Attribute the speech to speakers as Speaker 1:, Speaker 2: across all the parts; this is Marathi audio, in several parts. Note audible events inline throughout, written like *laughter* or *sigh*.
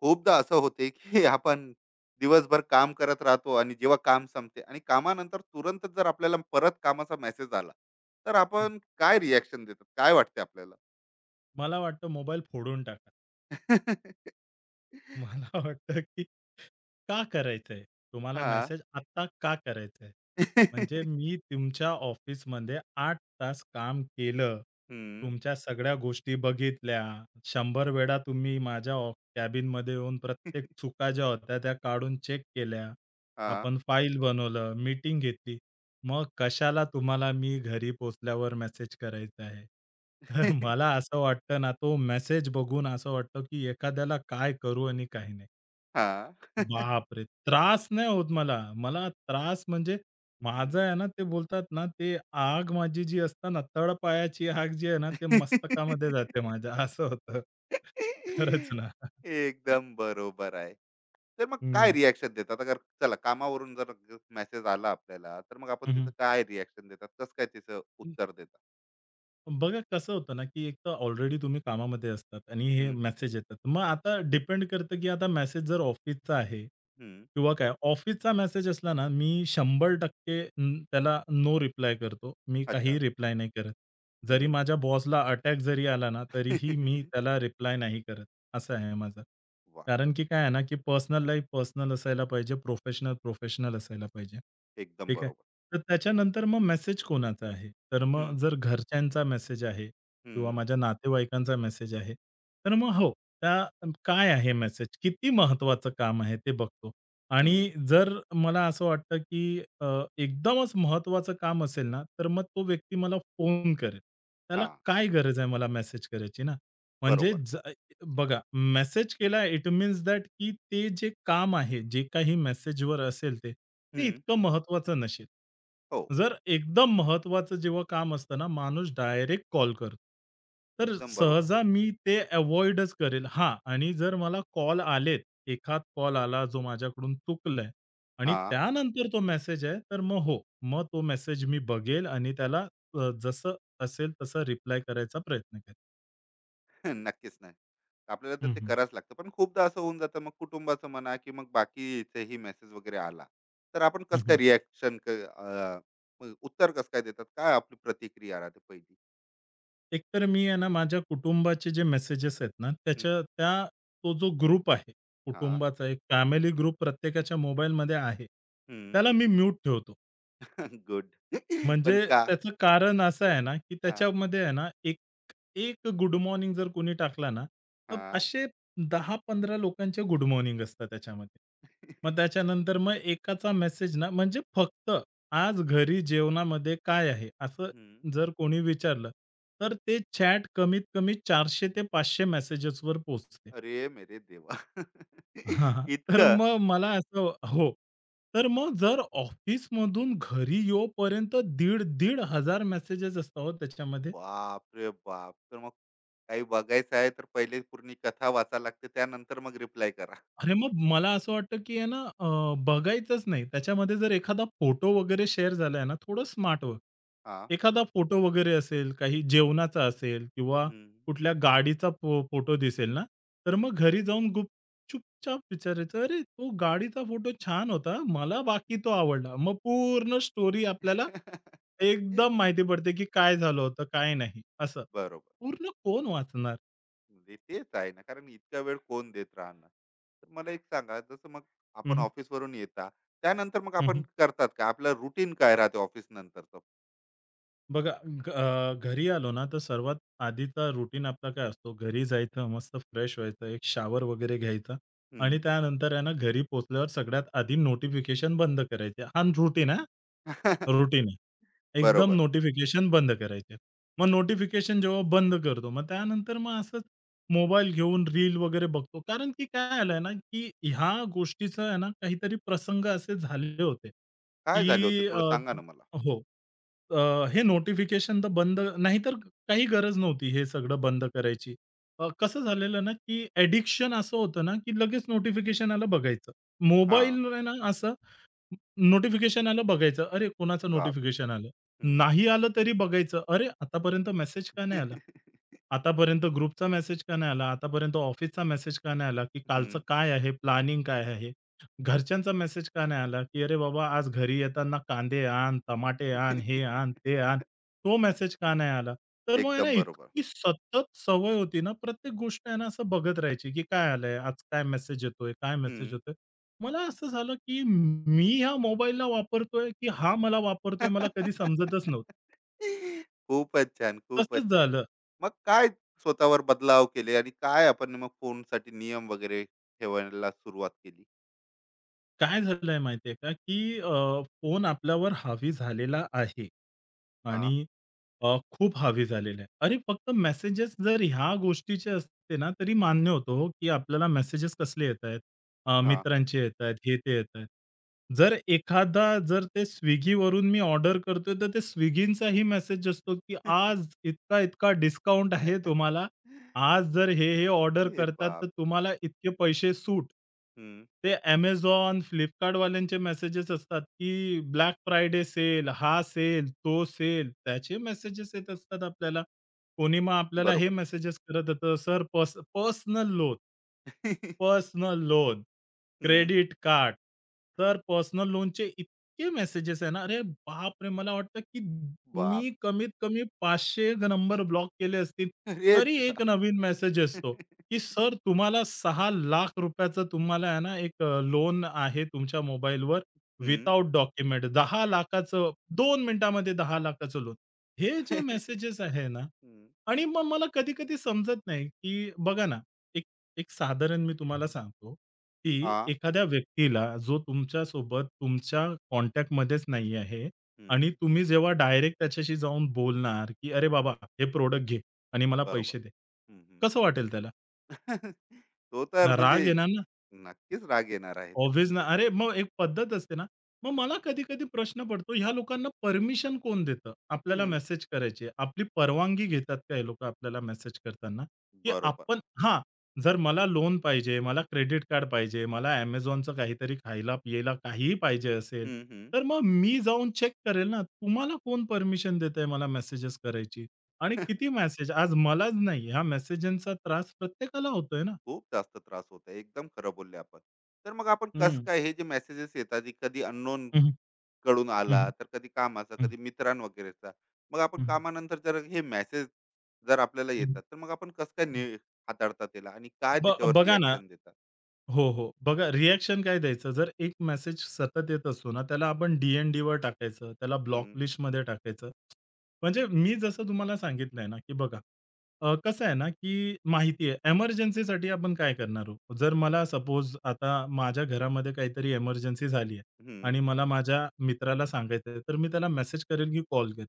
Speaker 1: खूपदा असं होते की *laughs* आपण दिवसभर काम करत राहतो आणि जेव्हा काम संपते आणि कामानंतर तुरंत जर आपल्याला परत कामाचा मेसेज आला तर
Speaker 2: हं.
Speaker 1: आपण काय रिॲक्शन देतात काय वाटते आपल्याला?
Speaker 2: मला वाटतं मोबाईल फोडून टाका.
Speaker 1: *laughs*
Speaker 2: *laughs* मला वाटतं की का करायचंय? तुम्हाला
Speaker 1: हा.
Speaker 2: मेसेज आत्ता का करायचंय? म्हणजे मी
Speaker 1: *laughs*
Speaker 2: तुमच्या ऑफिसमध्ये 8 तास काम केलं.
Speaker 1: हम्म,
Speaker 2: तुमच्या सगळ्या गोष्टी बघितल्या. 100 वेळा तुम्ही माझ्या कॅबिनमध्ये येऊन प्रत्येक चुका ज्या होत्या त्या काढून चेक केल्या.
Speaker 1: हा.
Speaker 2: आपण फाइल बनवलं, मीटिंग घेतली. मग कशाला तुम्हाला मी घरी पोहोचल्यावर मेसेज करायचा आहे? तर मला
Speaker 1: *laughs*
Speaker 2: असं वाटतं ना, तो मेसेज बघून असं वाटतं, की एखाद्याला काय करू आणि काही नाही.
Speaker 1: हा.
Speaker 2: बापरे! त्रास नाही होत मला. मला त्रास म्हणजे माझं
Speaker 1: हम्म.
Speaker 2: आहे ना, ते बोलतात ना, ते आग माझी जी असते ना, तळपायाची आग जी आहे ना, ते मस्तकामध्ये जाते माझ्या
Speaker 1: *laughs*
Speaker 2: असं होतं. *laughs* खरंच ना.
Speaker 1: एकदम बरोबर आहे. तर मग काय
Speaker 2: हं.
Speaker 1: रिॲक्शन देतात, अगर चला कामावरून जर मेसेज आला आपल्याला, तर मग आपण त्याचं
Speaker 2: हं,
Speaker 1: काय रिॲक्शन देतात, कसं काय त्याचं उत्तर देतात?
Speaker 2: बघा कसं होतं ना, की एक तर ऑलरेडी तुम्ही कामामध्ये असतात आणि हे
Speaker 1: हम्म,
Speaker 2: मेसेज येतात. मग आता डिपेंड करतं, की आता मेसेज जर ऑफिसचा आहे
Speaker 1: हम्म,
Speaker 2: किंवा काय. ऑफिसचा मेसेज असला ना, मी 100% त्याला नो रिप्लाय करतो. मी
Speaker 1: अच्छा.
Speaker 2: काहीही रिप्लाय नाही करत. जरी
Speaker 1: हम्म.
Speaker 2: माझ्या बॉसला अटॅक जरी आला ना, तरीही मी
Speaker 1: *laughs*
Speaker 2: त्याला रिप्लाय नाही करत. असं आहे माझं.
Speaker 1: वा.
Speaker 2: कारण की काय आहे ना, की पर्सनल लाईफ पर्सनल असायला पाहिजे, प्रोफेशनल प्रोफेशनल असायला पाहिजे.
Speaker 1: एकदम
Speaker 2: ठीक आहे.
Speaker 1: बरोबर.
Speaker 2: तर त्याच्यानंतर मग मेसेज कोणाचा आहे? तर
Speaker 1: हम्म,
Speaker 2: मग जर घरच्यांचा मेसेज आहे किंवा
Speaker 1: हम्म,
Speaker 2: माझ्या नातेवाईकांचा मेसेज आहे, तर मग हो, त्या काय आहे मेसेज? किती महत्त्वाचं काम आहे ते बघतो.
Speaker 1: हम्म,
Speaker 2: आणि जर मला असं वाटतं, की एकदमच महत्त्वाचं काम असेल ना, तर मग तो व्यक्ती मला फोन करेल. त्याला
Speaker 1: हा.
Speaker 2: काय गरज आहे मला मेसेज करायची ना? म्हणजे
Speaker 1: बरोबर.
Speaker 2: ज बघा, मेसेज केला इट मीन्स दॅट की ते जे काम आहे, जे काही मेसेजवर असेल ते, ते
Speaker 1: हम्म,
Speaker 2: इतकं महत्त्वाचं नसेल.
Speaker 1: हो.
Speaker 2: जर एकदम महत्त्वाचं जेव्हा काम असतं ना, माणूस डायरेक्ट कॉल करतो. तर
Speaker 1: एकदम बरोबर.
Speaker 2: सहजा मी ते अव्हॉइडच करेल. हां, आणि जर मला कॉल आलेत, एखाद कॉल आला जो माझ्याकडून चुकलाय आणि
Speaker 1: हा.
Speaker 2: त्यानंतर तो मेसेज आहे, तर मग हो, मग तो मेसेज मी बघेल आणि त्याला जसं असेल तसं रिप्लाय करायचा प्रयत्न करेल.
Speaker 1: *laughs* नक्कीच नाही. आपल्याला तर
Speaker 2: हं,
Speaker 1: ते
Speaker 2: हं.
Speaker 1: करावंच लागतं, पण खूपदा असं होऊन जातं मग कुटुंबाचं म्हणा की मग बाकीचेही मेसेज वगैरे आला, तर आपण कसं काय
Speaker 2: हं,
Speaker 1: रिॲक्शन, उत्तर कसं काय देतात, काय आपली प्रतिक्रिया राहते पहिली?
Speaker 2: एकतर मी आहे ना, माझ्या कुटुंबाचे जे मेसेजेस आहेत ना, त्याच्या त्या तो जो ग्रुप आहे,
Speaker 1: हां,
Speaker 2: कुटुंबाचा एक फॅमिली ग्रुप प्रत्येकाच्या मोबाईलमध्ये आहे.
Speaker 1: हं.
Speaker 2: त्याला मी म्यूट ठेवतो.
Speaker 1: *laughs* गुड. *laughs* पण
Speaker 2: म्हणजे
Speaker 1: का?
Speaker 2: त्याचं कारण असं आहे ना, की
Speaker 1: हां,
Speaker 2: त्याच्यामध्ये आहे ना, एक एक गुड मॉर्निंग जर कोणी टाकला ना, तर
Speaker 1: हां,
Speaker 2: असे 10-15 लोकांचे गुड मॉर्निंग असतात त्याच्यामध्ये. मग त्याच्यानंतर मग एकाचा मेसेज ना, म्हणजे फक्त आज घरी जेवणामध्ये काय आहे? असं
Speaker 1: हं.
Speaker 2: जर कोणी विचारलं, तर ते चॅट कमीत कमी 400 ते 500 मेसेजेसवर पोहोचते.
Speaker 1: अरे मेरे देवा!
Speaker 2: *laughs* हां,
Speaker 1: *laughs*
Speaker 2: हां. तर
Speaker 1: इतकं?
Speaker 2: मग मला असं हो. तर मग जर ऑफिसमधून घरी येऊपर्यंत 1,500 मेसेजेस असतात हो त्याच्यामध्ये.
Speaker 1: बाप रे बाप! तर मग काही बघायचं आहे तर पहिले पूर्ण कथा वाचायला लागते. त्यानंतर मग रिप्लाय करा.
Speaker 2: अरे, मग मला असं वाटतं, की आहे ना बघायचंच नाही. त्याच्यामध्ये जर एखादा फोटो वगैरे शेअर झालाय ना, थोडं स्मार्ट वर्क.
Speaker 1: हां.
Speaker 2: एखादा फोटो वगैरे असेल, काही जेवणाचा असेल किंवा
Speaker 1: हं.
Speaker 2: कुठल्या गाडीचा फोटो दिसेल ना, तर मग घरी जाऊन चुपचाप विचारायचं, "अरे, तो गाडीचा फोटो छान होता. मला बाकी तो आवडला." मग पूर्ण स्टोरी आपल्याला
Speaker 1: *laughs*
Speaker 2: एकदम माहिती पडते, की काय झालं होतं, काय नाही असं.
Speaker 1: बरोबर.
Speaker 2: पूर्ण कोण वाचणार?
Speaker 1: म्हणजे तेच आहे ना, कारण इतका वेळ कोण देत राहणार? तर मला एक सांगा, जसं मग
Speaker 2: हं,
Speaker 1: आपण
Speaker 2: हं.
Speaker 1: ऑफिसवरून येता, त्यानंतर मग आपण करतात काय? आपलं रुटीन काय राहते ऑफिस नंतरचं?
Speaker 2: बघा घरी आलो ना तर सर्वात आधीचा रुटीन आपला काय असतो घरी जायचं मस्त फ्रेश व्हायचं एक शावर वगैरे घ्यायचा आणि
Speaker 1: हं.
Speaker 2: त्यानंतर आहे ना घरी पोचल्यावर सगळ्यात आधी नोटिफिकेशन बंद करायचे हा रुटीन आहे
Speaker 1: *laughs*
Speaker 2: रुटीन आहे एकदम
Speaker 1: बरोबर.
Speaker 2: नोटिफिकेशन बंद करायचे मग नोटिफिकेशन जेव्हा बंद करतो मग त्यानंतर मग असंच मोबाईल घेऊन रील वगैरे बघतो कारण की काय आलंय ना की ह्या गोष्टीचं आहे ना काहीतरी प्रसंग असे झाले होते
Speaker 1: काय झाले होते
Speaker 2: की
Speaker 1: थोडं सांगा ना मला.
Speaker 2: हो. हे नोटिफिकेशन तर बंद नाहीतर काही गरज नव्हती हे सगळं बंद करायची. कसं झालेलं ना, की ॲडिक्शन असं होतं ना, की लगेच नोटिफिकेशन आलं बघायचं. मोबाईल
Speaker 1: हां.
Speaker 2: ना असं नोटिफिकेशन आलं बघायचं. अरे, कोणाचं
Speaker 1: बापरे!
Speaker 2: नोटिफिकेशन आलं?
Speaker 1: हं,
Speaker 2: नाही आलं तरी बघायचं. अरे, आतापर्यंत मेसेज का नाही आला? आतापर्यंत ग्रुपचा मेसेज का नाही आला? आतापर्यंत ऑफिसचा मेसेज का नाही आला? की कालचं
Speaker 1: हं.
Speaker 2: काय आहे? प्लॅनिंग काय आहे? घरच्यांचा मेसेज का नाही आला? की "अरे बाबा, आज घरी येताना कांदे आण, टमाटे आण, हे
Speaker 1: *laughs*
Speaker 2: आण, ते आण." तो मेसेज का नाही आला? तर मग आहे ना,
Speaker 1: एकदम बरोबर.
Speaker 2: इतकी सतत सवय होती ना, प्रत्येक गोष्ट आहे ना, असं बघत राहायची, की काय आलंय? आज काय मेसेज येतोय? काय मेसेज
Speaker 1: हं.
Speaker 2: येतोय? मला असं झालं, की मी ह्या मोबाईलला वापरतोय, की हा मला वापरतोय मला कधी समजतच नव्हतं.
Speaker 1: *laughs* खूपच छान, खूपच
Speaker 2: तसंच
Speaker 1: छान.
Speaker 2: झालं.
Speaker 1: मग काय स्वतःवर बदलाव केले आणि काय आपण मग फोनसाठी नियम वगैरे ठेवायला सुरुवात केली?
Speaker 2: काय झालंय माहितीये का, की फोन आपल्यावर हावी झालेला आहे
Speaker 1: हां,
Speaker 2: आणि खूप हावी झालेला आहे. अरे, फक्त मेसेजेस जर ह्या गोष्टीचे असते ना, तरी मान्य होतं हो, की आपल्याला मेसेजेस कसले येतायत,
Speaker 1: हां.
Speaker 2: मित्रांचे येतायत, हे ते येतायत. जर एखादा जर ते Swiggyवरून मी ऑर्डर करतोय, तर ते Swiggyचाही मेसेज असतो, की आज इतका-इतका डिस्काउंट आहे तुम्हाला आज जर हे-हे ऑर्डर
Speaker 1: ए
Speaker 2: करतात, तर
Speaker 1: बाप!
Speaker 2: तुम्हाला इतके पैसे सूट.
Speaker 1: हं.
Speaker 2: ते Amazon, Flipkartवाल्यांचे मेसेजेस असतात, की ब्लॅक फ्रायडे सेल, हा सेल, तो सेल, त्याचे मेसेजेस येत असतात आपल्याला. कोणी मग आपल्याला हे
Speaker 1: बरोबर.
Speaker 2: मेसेजेस करत होतं, "sir personal loan,
Speaker 1: *laughs*
Speaker 2: personal loan,
Speaker 1: हं.
Speaker 2: Credit card." तर पर्सनल लोनचे इतके मेसेजेस आहे ना, अरे बापरे! मला वाटतं की
Speaker 1: बाप
Speaker 2: मी कमीत कमी 500 नंबर ब्लॉक केले असतील,
Speaker 1: रे!
Speaker 2: तरी एक
Speaker 1: देवा!
Speaker 2: नवीन मेसेज असतो, की सर तुम्हाला ₹6,00,000 तुम्हाला आहे ना, एक लोन आहे तुमच्या मोबाईलवर
Speaker 1: हं.
Speaker 2: विथआऊट डॉक्युमेंट 10,00,000चं 2 मिनिटामध्ये 10,00,000चं लोन. हे जे
Speaker 1: *laughs*
Speaker 2: मेसेजेस आहे ना
Speaker 1: हं.
Speaker 2: आणि मग मला कधी-कधी समजत नाही, की बघा ना, एक एक साधारण मी तुम्हाला सांगतो. ती
Speaker 1: हां.
Speaker 2: एखाद्या व्यक्तीला जो तुमच्यासोबत तुमच्या कॉन्टॅक्टमध्येच नाही आहे आणि
Speaker 1: हं.
Speaker 2: तुम्ही जेव्हा डायरेक्ट त्याच्याशी जाऊन बोलणार, की "अरे बाबा, हे प्रॉडक्ट घे आणि
Speaker 1: *laughs*
Speaker 2: मला
Speaker 1: बरोबर.
Speaker 2: पैसे दे."
Speaker 1: हं, हं.
Speaker 2: कसं वाटेल त्याला?
Speaker 1: *laughs* तो तर
Speaker 2: ना
Speaker 1: म्हणजे
Speaker 2: राग येणार ना?
Speaker 1: नक्कीच राग येणार आहे त्याला.
Speaker 2: ऑब्व्हियस ना. अरे, मग एक पद्धत असते ना. मग मला कधी-कधी प्रश्न पडतो, ह्या लोकांना परमिशन कोण देतं आपल्याला
Speaker 1: हं,
Speaker 2: मेसेज करायची? आपली परवानगी घेतात का हे लोकं आपल्याला मेसेज करताना? की
Speaker 1: बरोबर.
Speaker 2: आपण हां, जर मला लोन पाहिजे, मला क्रेडिट कार्ड पाहिजे, मला Amazonचं काहीतरी खायला-प्यायला काहीही पाहिजे असेल,
Speaker 1: हं, हं.
Speaker 2: तर मग मी जाऊन चेक करेल ना, तुम्हाला कोण परमिशन देतंय मला मेसेजेस करायची? आणि किती
Speaker 1: *laughs*
Speaker 2: मेसेज? आज मलाच नाही, ह्या मेसेजांचा त्रास प्रत्येकाला होतोय ना.
Speaker 1: खूप जास्त त्रास होत आहे. एकदम खरं बोलले आपण. तर मग आपण कसं
Speaker 2: हं.
Speaker 1: काय हे जे मेसेजेस येतात, हे कधी अननोन
Speaker 2: हं, हं.
Speaker 1: कडून
Speaker 2: हं,
Speaker 1: आला,
Speaker 2: हं.
Speaker 1: तर कधी कामाचा,
Speaker 2: हं,
Speaker 1: कधी मित्रां वगैरेचा. मग आपण कामानंतर जर हे मेसेज जर आपल्याला येतात, तर मग आपण कसं काय हाताळतात त्याला आणि काय त्याच्यावर
Speaker 2: बघा ना
Speaker 1: रिएक्शन देतात?
Speaker 2: हो, हो. बघा रिएक्शन काय द्यायचं? जर एक मेसेज सतत येत असतो ना, त्याला आपण डी-एन-डीवर टाकायचं, त्याला ब्लॉक
Speaker 1: हं,
Speaker 2: लिस्टमध्ये टाकायचं. म्हणजे मी जसं तुम्हाला सांगितलं आहे ना, की बघा कसं आहे ना, की माहिती आहे एमर्जन्सीसाठी आपण काय करणार आहोत? जर मला सपोज आता माझ्या घरामध्ये काहीतरी एमर्जन्सी झाली आहे
Speaker 1: हं.
Speaker 2: आणि मला माझ्या मित्राला सांगायचं आहे, तर मी त्याला मेसेज करेल की कॉल करेल?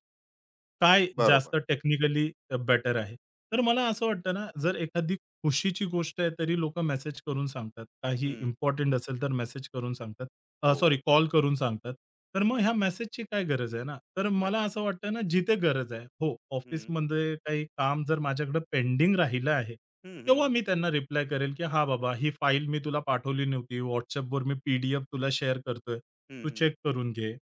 Speaker 2: काय
Speaker 1: बरोबर.
Speaker 2: जास्त टेक्निकली बेटर आहे? तर मला असं वाटतं ना, जर एखादी खुशीची गोष्ट आहे तरी लोकं मेसेज करून सांगतात. काही
Speaker 1: हं.
Speaker 2: इम्पोर्टंट असेल तर मेसेज करून सांगतात.
Speaker 1: हो,
Speaker 2: सॉरी कॉल करून सांगतात. तर मग ह्या मेसेजची काय गरज आहे ना? तर मला
Speaker 1: नक्कीच.
Speaker 2: असं वाटतं ना जिथे गरज आहे. हो,
Speaker 1: हं.
Speaker 2: ऑफिसमध्ये काही काम जर माझ्याकडे पेंडिंग राहिलं आहे,
Speaker 1: हं, हं.
Speaker 2: तेव्हा मी त्यांना रिप्लाय करेल, की "हां बाबा, ही फाईल मी तुला पाठवली नव्हती. WhatsAppवर मी तुला शेअर करतोय.
Speaker 1: हं,
Speaker 2: तू
Speaker 1: हं.
Speaker 2: चेक करून घे."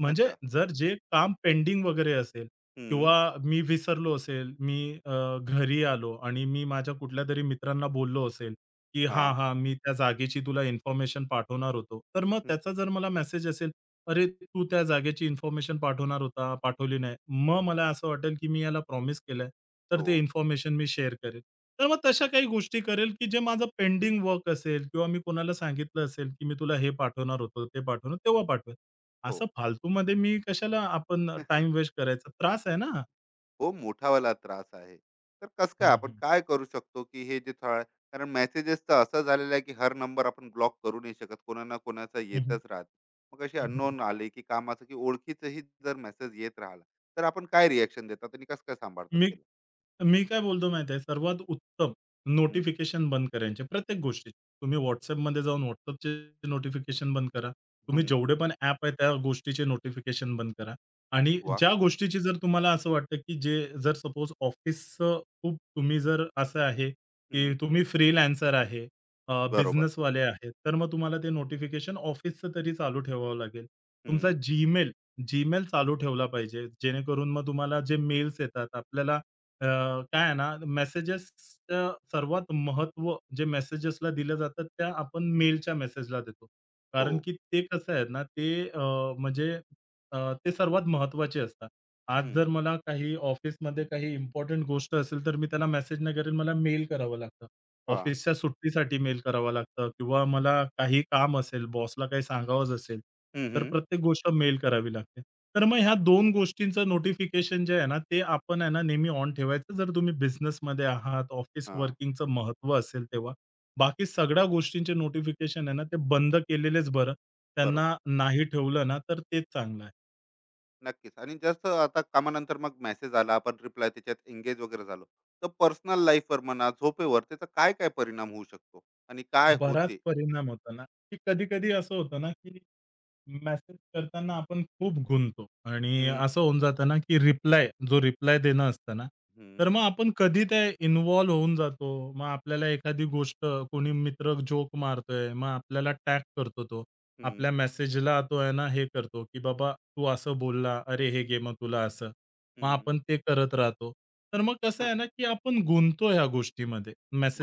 Speaker 2: म्हणजे
Speaker 1: अच्छा.
Speaker 2: जर जे काम पेंडिंग वगैरे असेल
Speaker 1: हं.
Speaker 2: किंवा मी विसरलो असेल, मी घरी आलो आणि मी माझ्या कुठल्यातरी मित्रांना बोललो असेल, की "हां,
Speaker 1: हां.
Speaker 2: हां, मी त्या जागेची तुला इन्फॉर्मेशन पाठवणार होतो." तर मग
Speaker 1: हं.
Speaker 2: त्याचा जर मला मेसेज असेल, "अरे, तू त्या जागेची इन्फॉर्मेशन पाठवणार होता, पाठवली नाही." मग मला असं वाटेल, की मी याला प्रॉमिस केलंय, तर
Speaker 1: हो,
Speaker 2: ते इन्फॉर्मेशन मी शेअर करेल. तर मग तशा काही गोष्टी करेल, की जे माझं पेंडिंग वर्क असेल किंवा मी कोणाला सांगितलं असेल, की मी तुला हे पाठवणार होतो, ते पाठवणार तेव्हा पाठवेल. असं
Speaker 1: हो.
Speaker 2: फालतूमध्ये मी कशाला आपण
Speaker 1: *laughs*
Speaker 2: टाइम वेस्ट करायचा? त्रास आहे ना.
Speaker 1: हो मोठावाला त्रास आहे. तर कसं काय
Speaker 2: हं,
Speaker 1: आपण
Speaker 2: हं.
Speaker 1: काय करू शकतो, की हे जे थोडा कारण मेसेजेस तर असं झालेलं आहे, की हर नंबर आपण ब्लॉक करू नाही शकत. कोणा ना कोणाचा
Speaker 2: हं, हं.
Speaker 1: येतच राहते. मग असे अननोन आले, की कामाचं की ओळखीचंही जर मेसेज येत राहिला, तर आपण काय रिएक्शन देतात आणि कसं काय सांभाळतात
Speaker 2: मी
Speaker 1: त्याला?
Speaker 2: मी काय बोलतो माहिती आहे, सर्वात उत्तम
Speaker 1: हं,
Speaker 2: नोटिफिकेशन बंद करायचे प्रत्येक गोष्टीचे. तुम्ही WhatsAppमध्ये जाऊन WhatsAppचे नोटिफिकेशन बंद करा. तुम्ही
Speaker 1: हं,
Speaker 2: जेवढे पण ॲप आहे त्या गोष्टीचे नोटिफिकेशन बंद करा आणि
Speaker 1: वाह!
Speaker 2: ज्या गोष्टीची जर तुम्हाला असं वाटतं, की जे जर सपोज ऑफिसचं खूप तुम्ही जर असं आहे, की
Speaker 1: हं,
Speaker 2: तुम्ही फ्रीलान्सर आहे,
Speaker 1: बरोबर.
Speaker 2: बिझनेसवाले आहेत, तर मग तुम्हाला ते नोटिफिकेशन ऑफिसचं तरी चालू ठेवावं लागेल. तुमचा
Speaker 1: हं,
Speaker 2: Gmail जीमेल चालू ठेवला पाहिजे. जेणेकरून मग तुम्हाला जे मेल्स येतात आपल्याला अ, काय आहे ना मेसेजेसचं सर्वात महत्त्व जे मेसेजेसला दिलं जातं त्या आपण मेलच्या मेसेजला देतो.
Speaker 1: हो.
Speaker 2: कारण की ते कसं आहे ना ते म्हणजे अ, ते सर्वात महत्त्वाचे असतात. आज
Speaker 1: हं,
Speaker 2: जर मला काही ऑफिसमध्ये काही इम्पोर्टंट गोष्ट असेल तर मी त्याला मेसेज नाही करेल, मला मेल करावं लागतं.
Speaker 1: हां.
Speaker 2: ऑफिसच्या सुट्टीसाठी मेल करावा लागतं किंवा मला काही काम असेल, बॉसला काही सांगावंच असेल,
Speaker 1: हं,
Speaker 2: तर
Speaker 1: हं.
Speaker 2: प्रत्येक गोष्ट मेल करावी लागते. तर मग ह्या 2 गोष्टींचं नोटिफिकेशन जे आहे ना, ते आपण आहे ना नेहमी ऑन ठेवायचं जर तुम्ही बिझनेसमध्ये आहात, ऑफिस
Speaker 1: हां,
Speaker 2: वर्किंगचं महत्त्व असेल तेव्हा. बाकी सगळ्या गोष्टींचे नोटिफिकेशन आहे ना, ते बंद केलेलेच बरं.
Speaker 1: बरोबर.
Speaker 2: त्यांना नाही ठेवलं ना, तर तेच चांगलं आहे.
Speaker 1: नक्कीच. आणि जसं आता कामानंतर मग मेसेज आला, आपण रिप्लाय त्याच्यात एंगेज वगैरे झालो. तर पर्सनल लाईफवर म्हणा, झोपेवर त्याचा काय-काय परिणाम होऊ शकतो आणि काय
Speaker 2: बराच
Speaker 1: होते?
Speaker 2: परिणाम होतो ना, की कधी-कधी असं होतं ना, की मेसेज करताना आपण खूप गुंगतो आणि
Speaker 1: हं,
Speaker 2: असं होऊन जातं ना, की रिप्लाय जो रिप्लाय देणं असतं ना,
Speaker 1: हं,
Speaker 2: तर मग आपण कधी ते इन्व्हॉल्व होऊन जातो. मग आपल्याला एखादी गोष्ट कोणी मित्र जोक मारतोय, मग आपल्याला टॅग करतो तो. आपल्या
Speaker 1: हं,
Speaker 2: मेसेजला तो आहे ना, हे करतो, की "बाबा तू असं बोलला. अरे हे घे मग तुला असं." मग
Speaker 1: हं.
Speaker 2: आपण ते करत राहतो. तर मग कसं
Speaker 1: हं,
Speaker 2: आहे ना, की आपण गुंततो ह्या गोष्टीमध्ये,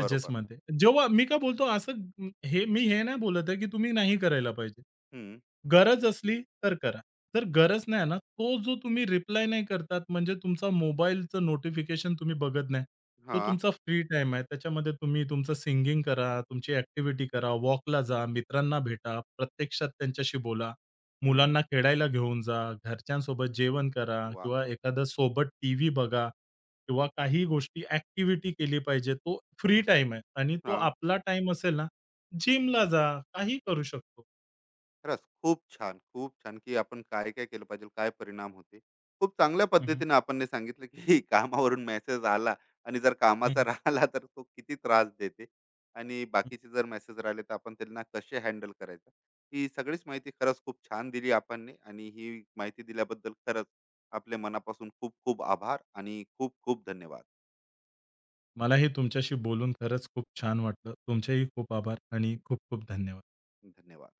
Speaker 1: बरोबर.
Speaker 2: जेव्हा मी का बोलतो हे मी हे नाही बोलत आहे, की तुम्ही नाही करायला पाहिजे.
Speaker 1: हं,
Speaker 2: गरज असली तर करा. जर गरज नाही ना, तो जो तुम्ही रिप्लाय नाही करतात म्हणजे तुमचा मोबाईलचं नोटिफिकेशन तुम्ही बघत नाही. तो
Speaker 1: हां,
Speaker 2: तुमचा फ्री टाईम आहे. त्याच्यामध्ये तुम्ही तुमचं सिंगिंग करा, तुमची ॲक्टिव्हिटी करा, वॉकला जा, मित्रांना भेटा, प्रत्यक्षात त्यांच्याशी बोला.
Speaker 1: हं.
Speaker 2: मुलांना खेळायला घेऊन जा, घरच्यांसोबत जेवण करा
Speaker 1: वाह!
Speaker 2: किंवा एखादा सोबत टीव्ही बघा किंवा काही गोष्टी ॲक्टिव्हिटी केली पाहिजे. तो फ्री टाइम आहे आणि तो
Speaker 1: हां.
Speaker 2: आपला टाइम असेल ना, जिमला जा, काही करू शकतो.
Speaker 1: खरंच खूप छान, खूप छान, की आपण काय काय केलं पाहिजे, काय परिणाम होते. खूप चांगल्या
Speaker 2: हं, हं.
Speaker 1: पद्धतीने आपण हे सांगितलं, की *laughs* कामावरून मेसेज आला आणि जर
Speaker 2: हं,
Speaker 1: कामाचा *laughs*
Speaker 2: हं,
Speaker 1: राहिला तर तो किती त्रास देते आणि
Speaker 2: हं.
Speaker 1: बाकीचे जर मेसेज राहिले तर आपण त्यांना कसे हँडल करायचं. ही सगळीच माहिती खरंच खूप छान दिली आपण आणि ही माहिती दिल्याबद्दल खरंच आपले मनापासून खूप खूप आभार आणि खूप खूप धन्यवाद.
Speaker 2: मला हे तुमच्याशी बोलून खरंच खूप छान वाटलं. तुमचेही खूप आभार आणि खूप खूप धन्यवाद.
Speaker 1: धन्यवाद.